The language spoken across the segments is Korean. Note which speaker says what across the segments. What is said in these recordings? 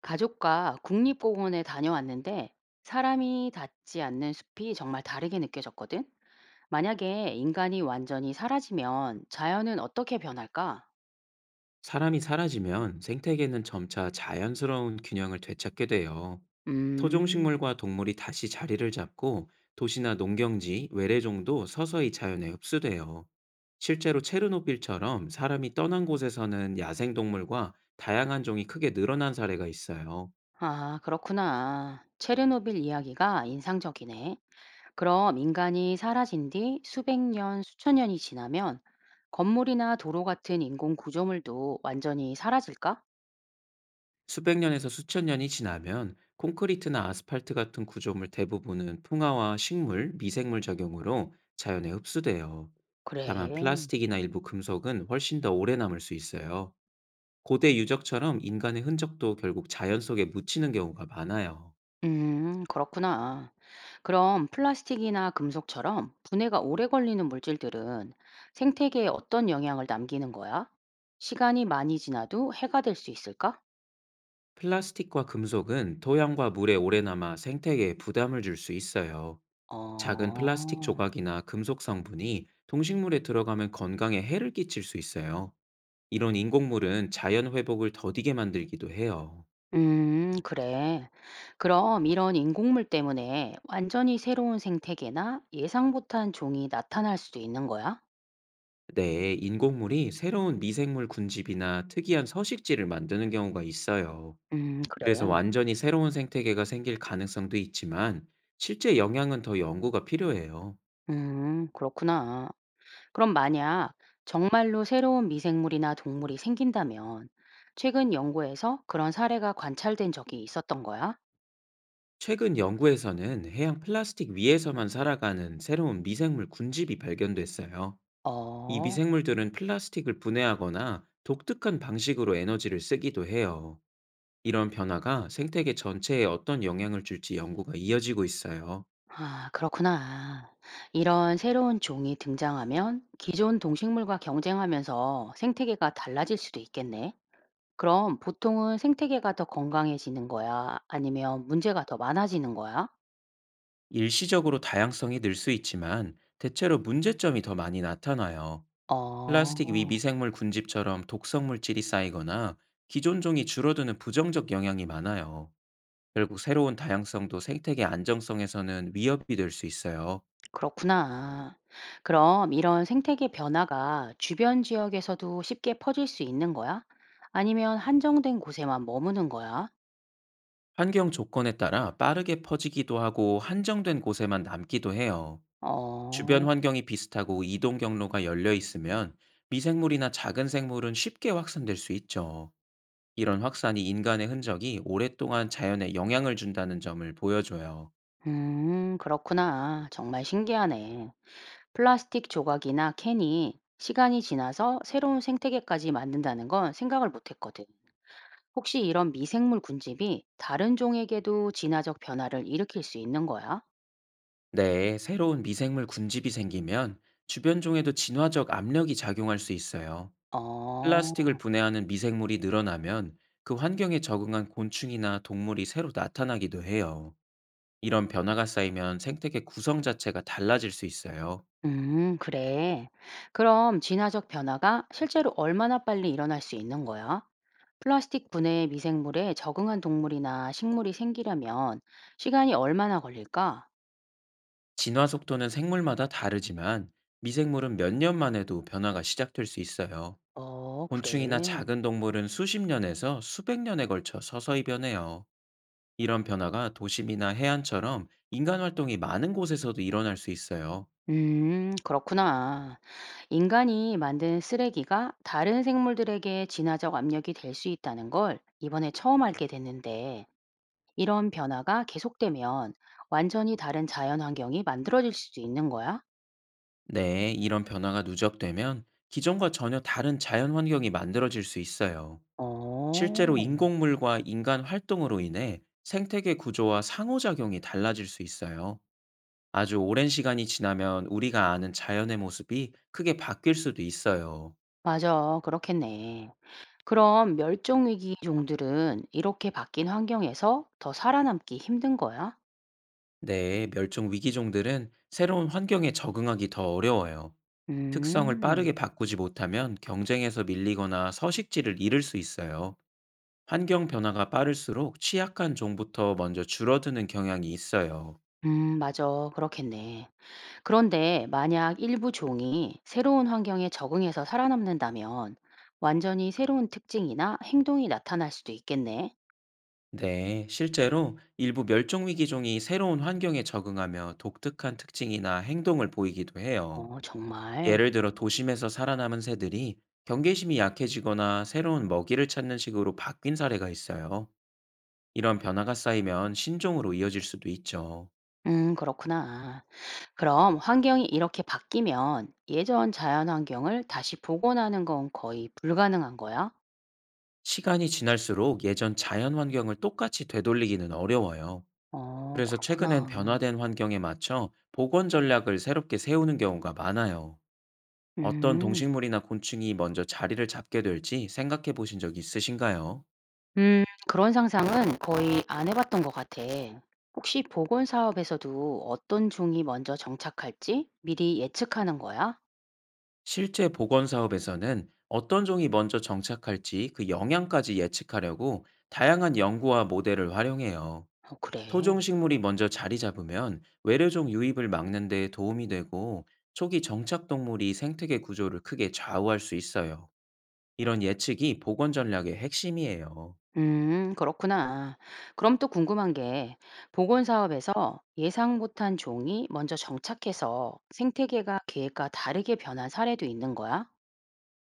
Speaker 1: 가족과 국립공원에 다녀왔는데 사람이 닿지 않는 숲이 정말 다르게 느껴졌거든. 만약에 인간이 완전히 사라지면 자연은 어떻게 변할까?
Speaker 2: 사람이 사라지면 생태계는 점차 자연스러운 균형을 되찾게 돼요.
Speaker 1: 음,
Speaker 2: 토종식물과 동물이 다시 자리를 잡고 도시나 농경지, 외래종도 서서히 자연에 흡수돼요. 실제로 체르노빌처럼 사람이 떠난 곳에서는 야생동물과 다양한 종이 크게 늘어난 사례가 있어요.
Speaker 1: 아, 그렇구나. 체르노빌 이야기가 인상적이네. 그럼 인간이 사라진 뒤 수백 년, 수천 년이 지나면 건물이나 도로 같은 인공 구조물도 완전히 사라질까?
Speaker 2: 수백 년에서 수천 년이 지나면 콘크리트나 아스팔트 같은 구조물 대부분은 풍화와 식물, 미생물 작용으로 자연에 흡수돼요. 다만
Speaker 1: 그래.
Speaker 2: 플라스틱이나 일부 금속은 훨씬 더 오래 남을 수 있어요. 고대 유적처럼 인간의 흔적도 결국 자연 속에 묻히는 경우가 많아요.
Speaker 1: 그렇구나. 그럼 플라스틱이나 금속처럼 분해가 오래 걸리는 물질들은 생태계에 어떤 영향을 남기는 거야? 시간이 많이 지나도 해가 될 수 있을까?
Speaker 2: 플라스틱과 금속은 토양과 물에 오래 남아 생태계에 부담을 줄 수 있어요. 작은 플라스틱
Speaker 1: 어,
Speaker 2: 조각이나 금속 성분이 동식물에 들어가면 건강에 해를 끼칠 수 있어요. 이런 인공물은 자연 회복을 더디게 만들기도 해요.
Speaker 1: 그래. 그럼 이런 인공물 때문에 완전히 새로운 생태계나 예상 못한 종이 나타날 수도 있는 거야?
Speaker 2: 네, 인공물이 새로운 미생물 군집이나 특이한 서식지를 만드는 경우가 있어요. 그래서
Speaker 1: 그래.
Speaker 2: 완전히 새로운 생태계가 생길 가능성도 있지만 실제 영향은 더 연구가 필요해요.
Speaker 1: 그렇구나. 그럼 만약 정말로 새로운 미생물이나 동물이 생긴다면 최근 연구에서 그런 사례가 관찰된 적이 있었던 거야?
Speaker 2: 최근 연구에서는 해양 플라스틱 위에서만 살아가는 새로운 미생물 군집이 발견됐어요. 이
Speaker 1: 어,
Speaker 2: 미생물들은 플라스틱을 분해하거나 독특한 방식으로 에너지를 쓰기도 해요. 이런 변화가 생태계 전체에 어떤 영향을 줄지 연구가 이어지고 있어요.
Speaker 1: 아, 그렇구나. 이런 새로운 종이 등장하면 기존 동식물과 경쟁하면서 생태계가 달라질 수도 있겠네. 그럼 보통은 생태계가 더 건강해지는 거야? 아니면 문제가 더 많아지는 거야?
Speaker 2: 일시적으로 다양성이 늘 수 있지만 대체로 문제점이 더 많이 나타나요. 플라스틱 위
Speaker 1: 어.
Speaker 2: 미생물 군집처럼 독성 물질이 쌓이거나 기존 종이 줄어드는 부정적 영향이 많아요. 결국 새로운 다양성도 생태계 안정성에서는 위협이 될 수 있어요.
Speaker 1: 그렇구나. 그럼 이런 생태계 변화가 주변 지역에서도 쉽게 퍼질 수 있는 거야? 아니면 한정된 곳에만 머무는 거야?
Speaker 2: 환경 조건에 따라 빠르게 퍼지기도 하고 한정된 곳에만 남기도 해요. 주변
Speaker 1: 어,
Speaker 2: 환경이 비슷하고 이동 경로가 열려 있으면 미생물이나 작은 생물은 쉽게 확산될 수 있죠. 이런 확산이 인간의 흔적이 오랫동안 자연에 영향을 준다는 점을 보여줘요.
Speaker 1: 그렇구나. 정말 신기하네. 플라스틱 조각이나 캔이 시간이 지나서 새로운 생태계까지 만든다는 건 생각을 못 했거든. 혹시 이런 미생물 군집이 다른 종에게도 진화적 변화를 일으킬 수 있는 거야?
Speaker 2: 네, 새로운 미생물 군집이 생기면 주변 종에도 진화적 압력이 작용할 수 있어요.
Speaker 1: 어.
Speaker 2: 플라스틱을 분해하는 미생물이 늘어나면 그 환경에 적응한 곤충이나 동물이 새로 나타나기도 해요. 이런 변화가 쌓이면 생태계 구성 자체가 달라질 수 있어요.
Speaker 1: 그래. 그럼 진화적 변화가 실제로 얼마나 빨리 일어날 수 있는 거야? 플라스틱 분해 미생물에 적응한 동물이나 식물이 생기려면 시간이 얼마나 걸릴까?
Speaker 2: 진화 속도는 생물마다 다르지만 미생물은 몇 년 만에도 변화가 시작될 수 있어요.
Speaker 1: 어,
Speaker 2: 곤충이나
Speaker 1: 그래.
Speaker 2: 작은 동물은 수십 년에서 수백 년에 걸쳐 서서히 변해요. 이런 변화가 도심이나 해안처럼 인간 활동이 많은 곳에서도 일어날 수 있어요.
Speaker 1: 그렇구나. 인간이 만든 쓰레기가 다른 생물들에게 진화적 압력이 될 수 있다는 걸 이번에 처음 알게 됐는데, 이런 변화가 계속되면 완전히 다른 자연 환경이 만들어질 수도 있는 거야?
Speaker 2: 네, 이런 변화가 누적되면 기존과 전혀 다른 자연 환경이 만들어질 수 있어요. 실제로
Speaker 1: 어.
Speaker 2: 인공물과 인간 활동으로 인해 생태계 구조와 상호작용이 달라질 수 있어요. 아주 오랜 시간이 지나면 우리가 아는 자연의 모습이 크게 바뀔 수도 있어요.
Speaker 1: 맞아. 그렇겠네. 그럼 멸종위기 종들은 이렇게 바뀐 환경에서 더 살아남기 힘든 거야?
Speaker 2: 네, 멸종 위기종들은 새로운 환경에 적응하기 더 어려워요. 특성을
Speaker 1: 음,
Speaker 2: 빠르게 바꾸지 못하면 경쟁에서 밀리거나 서식지를 잃을 수 있어요. 환경 변화가 빠를수록 취약한 종부터 먼저 줄어드는 경향이 있어요.
Speaker 1: 맞아. 그렇겠네. 그런데 만약 일부 종이 새로운 환경에 적응해서 살아남는다면 완전히 새로운 특징이나 행동이 나타날 수도 있겠네.
Speaker 2: 네, 실제로 일부 멸종위기종이 새로운 환경에 적응하며 독특한 특징이나 행동을 보이기도 해요.
Speaker 1: 어, 정말.
Speaker 2: 예를 들어 도심에서 살아남은 새들이 경계심이 약해지거나 새로운 먹이를 찾는 식으로 바뀐 사례가 있어요. 이런 변화가 쌓이면 신종으로 이어질 수도 있죠.
Speaker 1: 그렇구나. 그럼 환경이 이렇게 바뀌면 예전 자연 환경을 다시 복원하는 건 거의 불가능한 거야?
Speaker 2: 시간이 지날수록 예전 자연 환경을 똑같이 되돌리기는 어려워요.
Speaker 1: 어,
Speaker 2: 그래서 최근엔
Speaker 1: 그렇구나.
Speaker 2: 변화된 환경에 맞춰 복원 전략을 새롭게 세우는 경우가 많아요. 어떤
Speaker 1: 음.
Speaker 2: 동식물이나 곤충이 먼저 자리를 잡게 될지 생각해 보신 적 있으신가요?
Speaker 1: 음, 그런 상상은 거의 안 해 봤던 것 같아. 혹시 복원 사업에서도 어떤 종이 먼저 정착할지 미리 예측하는 거야?
Speaker 2: 실제 보건 사업에서는 어떤 종이 먼저 정착할지 그 영향까지 예측하려고 다양한 연구와 모델을 활용해요.
Speaker 1: 어, 그래.
Speaker 2: 토종 식물이 먼저 자리 잡으면 외래종 유입을 막는 데 도움이 되고 초기 정착 동물이 생태계 구조를 크게 좌우할 수 있어요. 이런 예측이 보건 전략의 핵심이에요.
Speaker 1: 음, 그렇구나. 그럼 또 궁금한 게 복원 사업에서 예상 못한 종이 먼저 정착해서 생태계가 계획과 다르게 변한 사례도 있는 거야?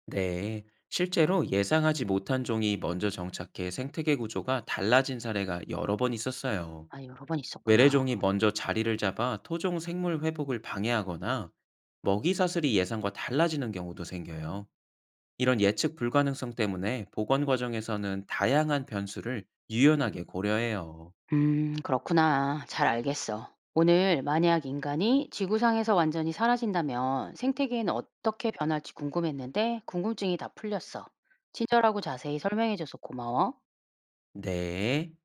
Speaker 2: 네. 실제로 예상하지 못한 종이 먼저 정착해 생태계 구조가 달라진 사례가 여러 번 있었어요.
Speaker 1: 아, 여러 번 있었구나.
Speaker 2: 외래종이 먼저 자리를 잡아 토종 생물 회복을 방해하거나 먹이 사슬이 예상과 달라지는 경우도 생겨요. 이런 예측 불가능성 때문에 복원 과정에서는 다양한 변수를 유연하게 고려해요.
Speaker 1: 그렇구나. 잘 알겠어. 오늘 만약 인간이 지구상에서 완전히 사라진다면 생태계는 어떻게 변할지 궁금했는데 궁금증이 다 풀렸어. 친절하고 자세히 설명해줘서 고마워.
Speaker 2: 네.